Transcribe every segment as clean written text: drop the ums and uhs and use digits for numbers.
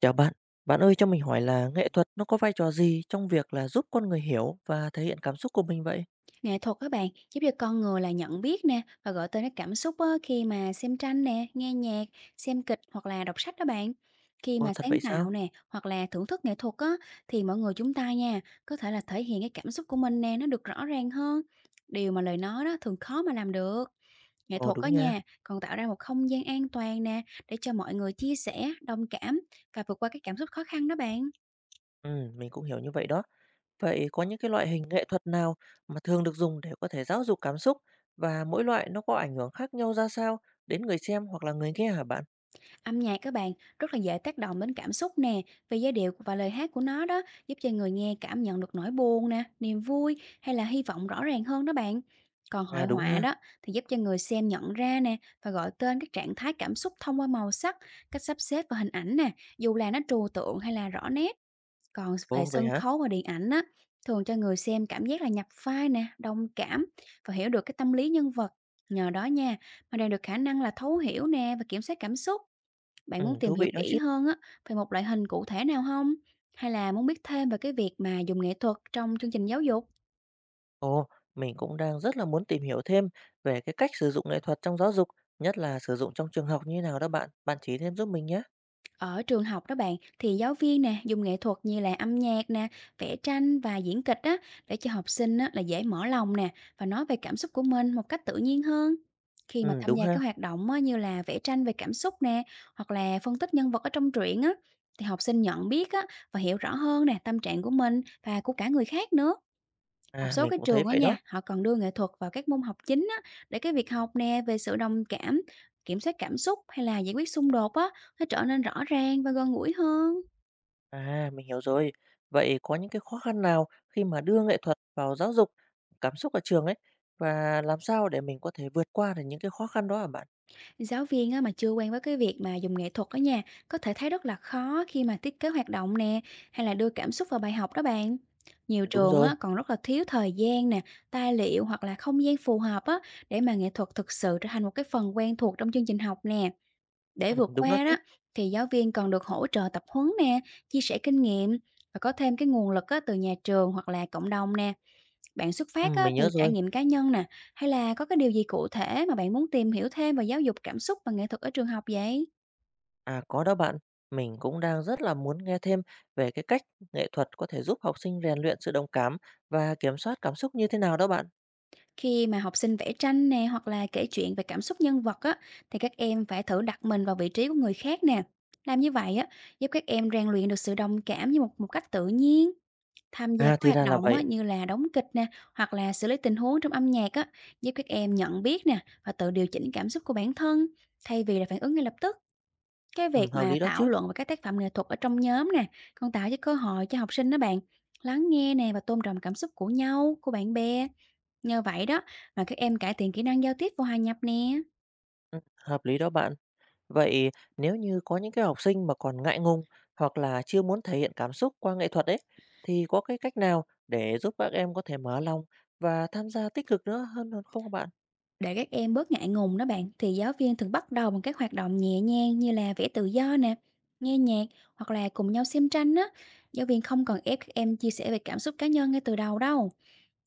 Chào bạn, bạn ơi cho mình hỏi là nghệ thuật nó có vai trò gì trong việc là giúp con người hiểu và thể hiện cảm xúc của mình vậy? Nghệ thuật các bạn giúp cho con người là nhận biết nè và gọi tên các cảm xúc á, khi mà xem tranh nè, nghe nhạc, xem kịch hoặc là đọc sách đó bạn. Khi Ồ, mà thật sáng vậy sao? tạo nè hoặc là thưởng thức nghệ thuật á, thì mọi người chúng ta nha có thể là thể hiện cái cảm xúc của mình nè, nó được rõ ràng hơn. Điều mà lời nói đó thường khó mà làm được. Nghệ Ồ, thuật á đúng nha. nhà còn tạo ra một không gian an toàn nè, để cho mọi người chia sẻ, đồng cảm và vượt qua cái cảm xúc khó khăn đó bạn. Ừ, mình cũng hiểu như vậy đó. Vậy có những cái loại hình nghệ thuật nào mà thường được dùng để có thể giáo dục cảm xúc và mỗi loại nó có ảnh hưởng khác nhau ra sao đến người xem hoặc là người nghe hả bạn? Âm nhạc các bạn rất là dễ tác động đến cảm xúc nè, vì giai điệu và lời hát của nó đó giúp cho người nghe cảm nhận được nỗi buồn nè, niềm vui hay là hy vọng rõ ràng hơn đó bạn. Còn hội À đúng họa ha. đó thì giúp cho người xem nhận ra nè và gọi tên các trạng thái cảm xúc thông qua màu sắc, cách sắp xếp và hình ảnh nè, dù là nó trừu tượng hay là rõ nét. Còn về Ồ, vậy sân hả? khấu và điện ảnh á, thường cho người xem cảm giác là nhập vai nè, đồng cảm và hiểu được cái tâm lý nhân vật. Nhờ đó nha, mà đạt được khả năng là thấu hiểu nè và kiểm soát cảm xúc. Ừ, Bạn muốn tìm thú hiểu vị đó kỹ chứ. hơn á về một loại hình cụ thể nào không? Hay là muốn biết thêm về cái việc mà dùng nghệ thuật trong chương trình giáo dục? Ồ, mình cũng đang rất là muốn tìm hiểu thêm về cái cách sử dụng nghệ thuật trong giáo dục, nhất là sử dụng trong trường học như thế nào đó bạn. Bạn chỉ thêm giúp mình nhé. Ở trường học đó bạn, thì giáo viên nè, dùng nghệ thuật như là âm nhạc nè, vẽ tranh và diễn kịch á, để cho học sinh á là dễ mở lòng nè, và nói về cảm xúc của mình một cách tự nhiên hơn. Khi mà Ừ, tham đúng gia ha. các hoạt động á, như là vẽ tranh về cảm xúc nè, hoặc là phân tích nhân vật ở trong truyện á, thì học sinh nhận biết á, và hiểu rõ hơn nè, tâm trạng của mình và của cả người khác nữa. Một À, số mình cái cũng thấy trường á vậy đó. nha, họ còn đưa nghệ thuật vào các môn học chính á, để cái việc học nè về sự đồng cảm, kiểm soát cảm xúc hay là giải quyết xung đột á, nó trở nên rõ ràng và gần gũi hơn. À, mình hiểu rồi. Vậy có những cái khó khăn nào khi mà đưa nghệ thuật vào giáo dục cảm xúc ở trường ấy và làm sao để mình có thể vượt qua được những cái khó khăn đó hả bạn? Giáo viên á, mà chưa quen với cái việc mà dùng nghệ thuật á nha, có thể thấy rất là khó khi mà thiết kế hoạt động nè, hay là đưa cảm xúc vào bài học đó bạn. Nhiều Đúng trường rồi. á, còn rất là thiếu thời gian nè, tài liệu hoặc là không gian phù hợp á, để mà nghệ thuật thực sự trở thành một cái phần quen thuộc trong chương trình học nè. Để Ừ, vượt đúng đó qua chứ. đó thì giáo viên còn được hỗ trợ tập huấn nè, chia sẻ kinh nghiệm và có thêm cái nguồn lực á, từ nhà trường hoặc là cộng đồng nè. Bạn xuất Ừ, phát á, mình nhớ từ trải rồi. nghiệm cá nhân nè, hay là có cái điều gì cụ thể mà bạn muốn tìm hiểu thêm về giáo dục cảm xúc và nghệ thuật ở trường học vậy? À, có đó bạn. Mình cũng đang rất là muốn nghe thêm về cái cách nghệ thuật có thể giúp học sinh rèn luyện sự đồng cảm và kiểm soát cảm xúc như thế nào đó bạn. Khi mà học sinh vẽ tranh nè hoặc là kể chuyện về cảm xúc nhân vật á, thì các em phải thử đặt mình vào vị trí của người khác nè. Làm như vậy á, giúp các em rèn luyện được sự đồng cảm như một một cách tự nhiên. Tham gia À, các thì hoạt ra là động á, vậy. như là đóng kịch nè, hoặc là xử lý tình huống trong âm nhạc á, giúp các em nhận biết nè và tự điều chỉnh cảm xúc của bản thân, thay vì là phản ứng ngay lập tức. Cái Ừ, việc hợp mà lý đó thảo chứ. luận về các tác phẩm nghệ thuật ở trong nhóm nè, còn tạo cho cơ hội cho học sinh đó bạn lắng nghe nè và tôn trọng cảm xúc của nhau, của bạn bè. Nhờ vậy đó mà các em cải thiện kỹ năng giao tiếp và hòa nhập nè. Ừ, hợp lý đó bạn. Vậy nếu như có những cái học sinh mà còn ngại ngùng hoặc là chưa muốn thể hiện cảm xúc qua nghệ thuật ấy, thì có cái cách nào để giúp các em có thể mở lòng và tham gia tích cực nữa hơn hơn không các bạn? Để các em bớt ngại ngùng đó bạn, thì giáo viên thường bắt đầu bằng các hoạt động nhẹ nhàng như là vẽ tự do nè, nghe nhạc hoặc là cùng nhau xem tranh á. Giáo viên không còn ép các em chia sẻ về cảm xúc cá nhân ngay từ đầu đâu.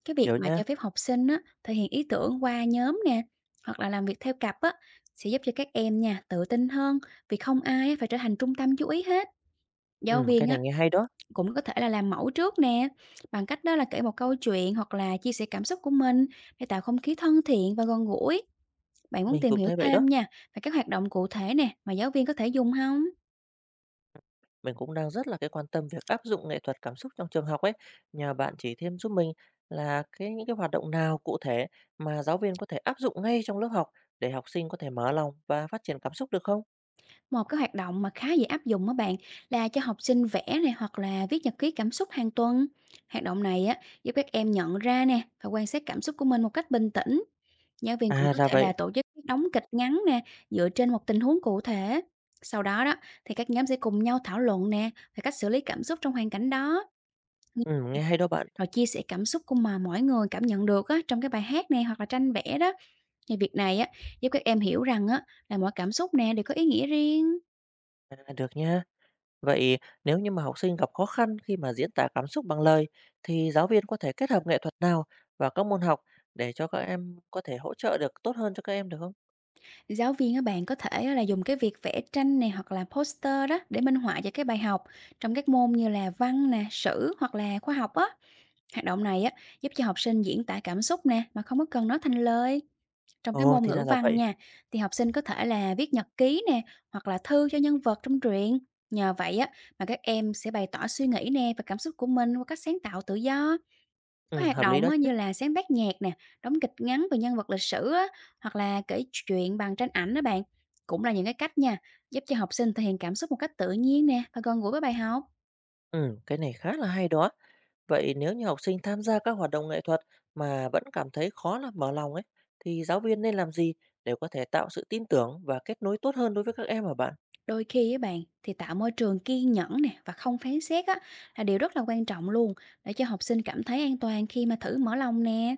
Cái việc Hiểu mà nha. cho phép học sinh á, thể hiện ý tưởng qua nhóm nè hoặc là làm việc theo cặp á, sẽ giúp cho các em nha tự tin hơn, vì không ai phải trở thành trung tâm chú ý hết. Giáo Ừ, cái viên này á nghe hay đó. cũng có thể là làm mẫu trước nè, bằng cách đó là kể một câu chuyện hoặc là chia sẻ cảm xúc của mình để tạo không khí thân thiện và gần gũi. Bạn muốn Mình tìm cũng hiểu thấy vậy đó. thêm nha về các hoạt động cụ thể nè mà giáo viên có thể dùng hông? Mình cũng đang rất là cái quan tâm việc áp dụng nghệ thuật cảm xúc trong trường học ấy. Nhờ bạn chỉ thêm giúp mình là những cái hoạt động nào cụ thể mà giáo viên có thể áp dụng ngay trong lớp học để học sinh có thể mở lòng và phát triển cảm xúc được không? Một cái hoạt động mà khá dễ áp dụng đó bạn là cho học sinh vẽ nè hoặc là viết nhật ký cảm xúc hàng tuần. Hoạt động này á, giúp các em nhận ra nè và quan sát cảm xúc của mình một cách bình tĩnh. Giáo viên cũng À có ra thể vậy. là tổ chức đóng kịch ngắn nè, dựa trên một tình huống cụ thể. Sau đó đó thì các nhóm sẽ cùng nhau thảo luận nè, về cách xử lý cảm xúc trong hoàn cảnh đó. Ừ, nghe hay đó bạn. Rồi chia sẻ cảm xúc của mà mỗi người cảm nhận được á trong cái bài hát này hoặc là tranh vẽ đó. Thì việc này á, giúp các em hiểu rằng á, là mỗi cảm xúc nè đều có ý nghĩa riêng. À, được nha. Vậy nếu như mà học sinh gặp khó khăn khi mà diễn tả cảm xúc bằng lời thì giáo viên có thể kết hợp nghệ thuật nào vào các môn học để cho các em có thể hỗ trợ được tốt hơn cho các em được không? Giáo viên á, bạn có thể á, là dùng cái việc vẽ tranh này hoặc là poster đó để minh họa cho cái bài học trong các môn như là văn nè, sử hoặc là khoa học á. Hoạt động này á, giúp cho học sinh diễn tả cảm xúc nè mà không có cần nói thành lời. Trong cái Ồ, môn thì ra ngữ là văn vậy. nha, thì học sinh có thể là viết nhật ký nè hoặc là thư cho nhân vật trong truyện. Nhờ vậy á, mà các em sẽ bày tỏ suy nghĩ nè và cảm xúc của mình qua cách sáng tạo tự do. Ừ, Có hoạt hợp lý động đó á, chứ. như là sáng tác nhạc nè, đóng kịch ngắn về nhân vật lịch sử á, hoặc là kể chuyện bằng tranh ảnh đó bạn. Cũng là những cái cách nha, giúp cho học sinh thể hiện cảm xúc một cách tự nhiên nè và gần gũi với bài học. Ừ, cái này khá là hay đó. Vậy nếu như học sinh tham gia các hoạt động nghệ thuật mà vẫn cảm thấy khó là mở lòng ấy thì giáo viên nên làm gì để có thể tạo sự tin tưởng và kết nối tốt hơn đối với các em hả bạn? Đôi khi với bạn, thì tạo môi trường kiên nhẫn nè và không phán xét á là điều rất là quan trọng luôn, để cho học sinh cảm thấy an toàn khi mà thử mở lòng nè.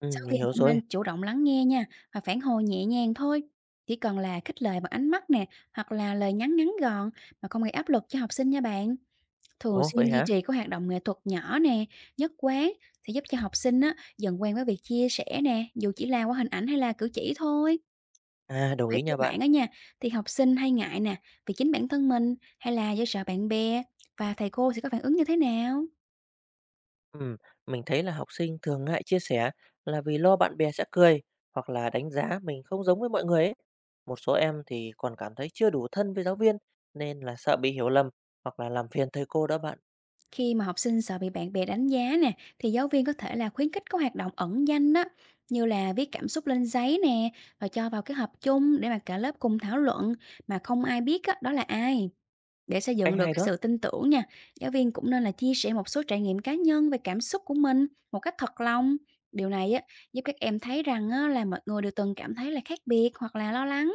Ừ, Giáo mình viên hiểu cũng rồi. nên chủ động lắng nghe nha và phản hồi nhẹ nhàng thôi. Chỉ cần là khích lệ bằng ánh mắt nè hoặc là lời nhắn ngắn gọn, mà không gây áp lực cho học sinh nha bạn. Thường Ồ, xuyên vậy duy hả? trì các hoạt động nghệ thuật nhỏ nè, nhất quán, sẽ giúp cho học sinh á, dần quen với việc chia sẻ nè, dù chỉ là qua hình ảnh hay là cử chỉ thôi. À, đồng Vậy ý nha theo bạn. bạn á nha, thì học sinh hay ngại nè, vì chính bản thân mình hay là do sợ bạn bè và thầy cô sẽ có phản ứng như thế nào? Ừm, mình thấy là học sinh thường ngại chia sẻ là vì lo bạn bè sẽ cười hoặc là đánh giá mình không giống với mọi người ấy. Một số em thì còn cảm thấy chưa đủ thân với giáo viên nên là sợ bị hiểu lầm hoặc là làm phiền thầy cô đó bạn. Khi mà học sinh sợ bị bạn bè đánh giá nè, thì giáo viên có thể là khuyến khích các hoạt động ẩn danh á, như là viết cảm xúc lên giấy nè, và cho vào cái hộp chung để mà cả lớp cùng thảo luận, mà không ai biết á, đó là ai. Để xây Cách dựng được hay cái đó. sự tin tưởng nha, giáo viên cũng nên là chia sẻ một số trải nghiệm cá nhân về cảm xúc của mình một cách thật lòng. Điều này á, giúp các em thấy rằng á, là mọi người đều từng cảm thấy là khác biệt hoặc là lo lắng,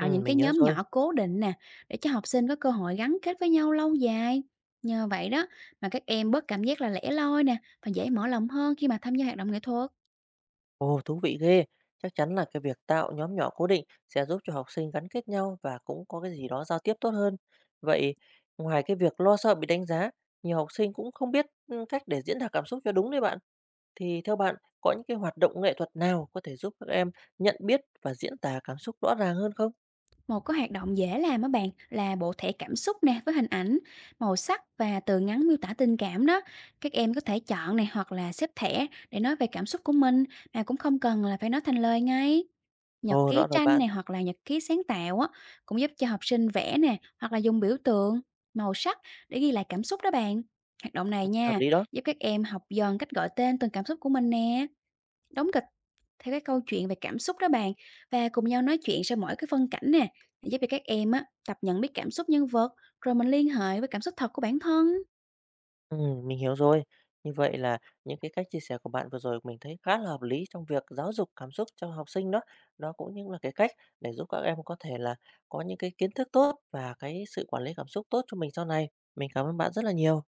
Ừ, những mình cái nhớ nhóm rồi. nhỏ cố định nè, để cho học sinh có cơ hội gắn kết với nhau lâu dài. Nhờ vậy đó mà các em bớt cảm giác là lẻ loi nè, và dễ mở lòng hơn khi mà tham gia hoạt động nghệ thuật. Ồ, thú vị ghê. Chắc chắn là cái việc tạo nhóm nhỏ cố định sẽ giúp cho học sinh gắn kết nhau và cũng có cái gì đó giao tiếp tốt hơn. Vậy ngoài cái việc lo sợ bị đánh giá, nhiều học sinh cũng không biết cách để diễn đạt cảm xúc cho đúng đấy bạn. Thì theo bạn, có những cái hoạt động nghệ thuật nào có thể giúp các em nhận biết và diễn tả cảm xúc rõ ràng hơn không? Một cái hoạt động dễ làm á bạn, là bộ thẻ cảm xúc nè với hình ảnh, màu sắc và từ ngắn miêu tả tình cảm đó. Các em có thể chọn này hoặc là xếp thẻ để nói về cảm xúc của mình, mà cũng không cần là phải nói thành lời ngay. Nhật Ồ, rõ ký rồi tranh bạn, này hoặc là nhật ký sáng tạo á, cũng giúp cho học sinh vẽ nè hoặc là dùng biểu tượng, màu sắc để ghi lại cảm xúc đó bạn. Hoạt động này ừ, hợp nha, lý đó. giúp các em học dần cách gọi tên từng cảm xúc của mình nè. Đóng kịch theo cái câu chuyện về cảm xúc đó bạn, và cùng nhau nói chuyện sau mỗi cái phân cảnh nè, giúp cho các em á tập nhận biết cảm xúc nhân vật, rồi mình liên hệ với cảm xúc thật của bản thân. Ừ, mình hiểu rồi. Như vậy là những cái cách chia sẻ của bạn vừa rồi mình thấy khá là hợp lý trong việc giáo dục cảm xúc cho học sinh đó. Đó cũng như là cái cách để giúp các em có thể là có những cái kiến thức tốt và cái sự quản lý cảm xúc tốt cho mình sau này. Mình cảm ơn bạn rất là nhiều.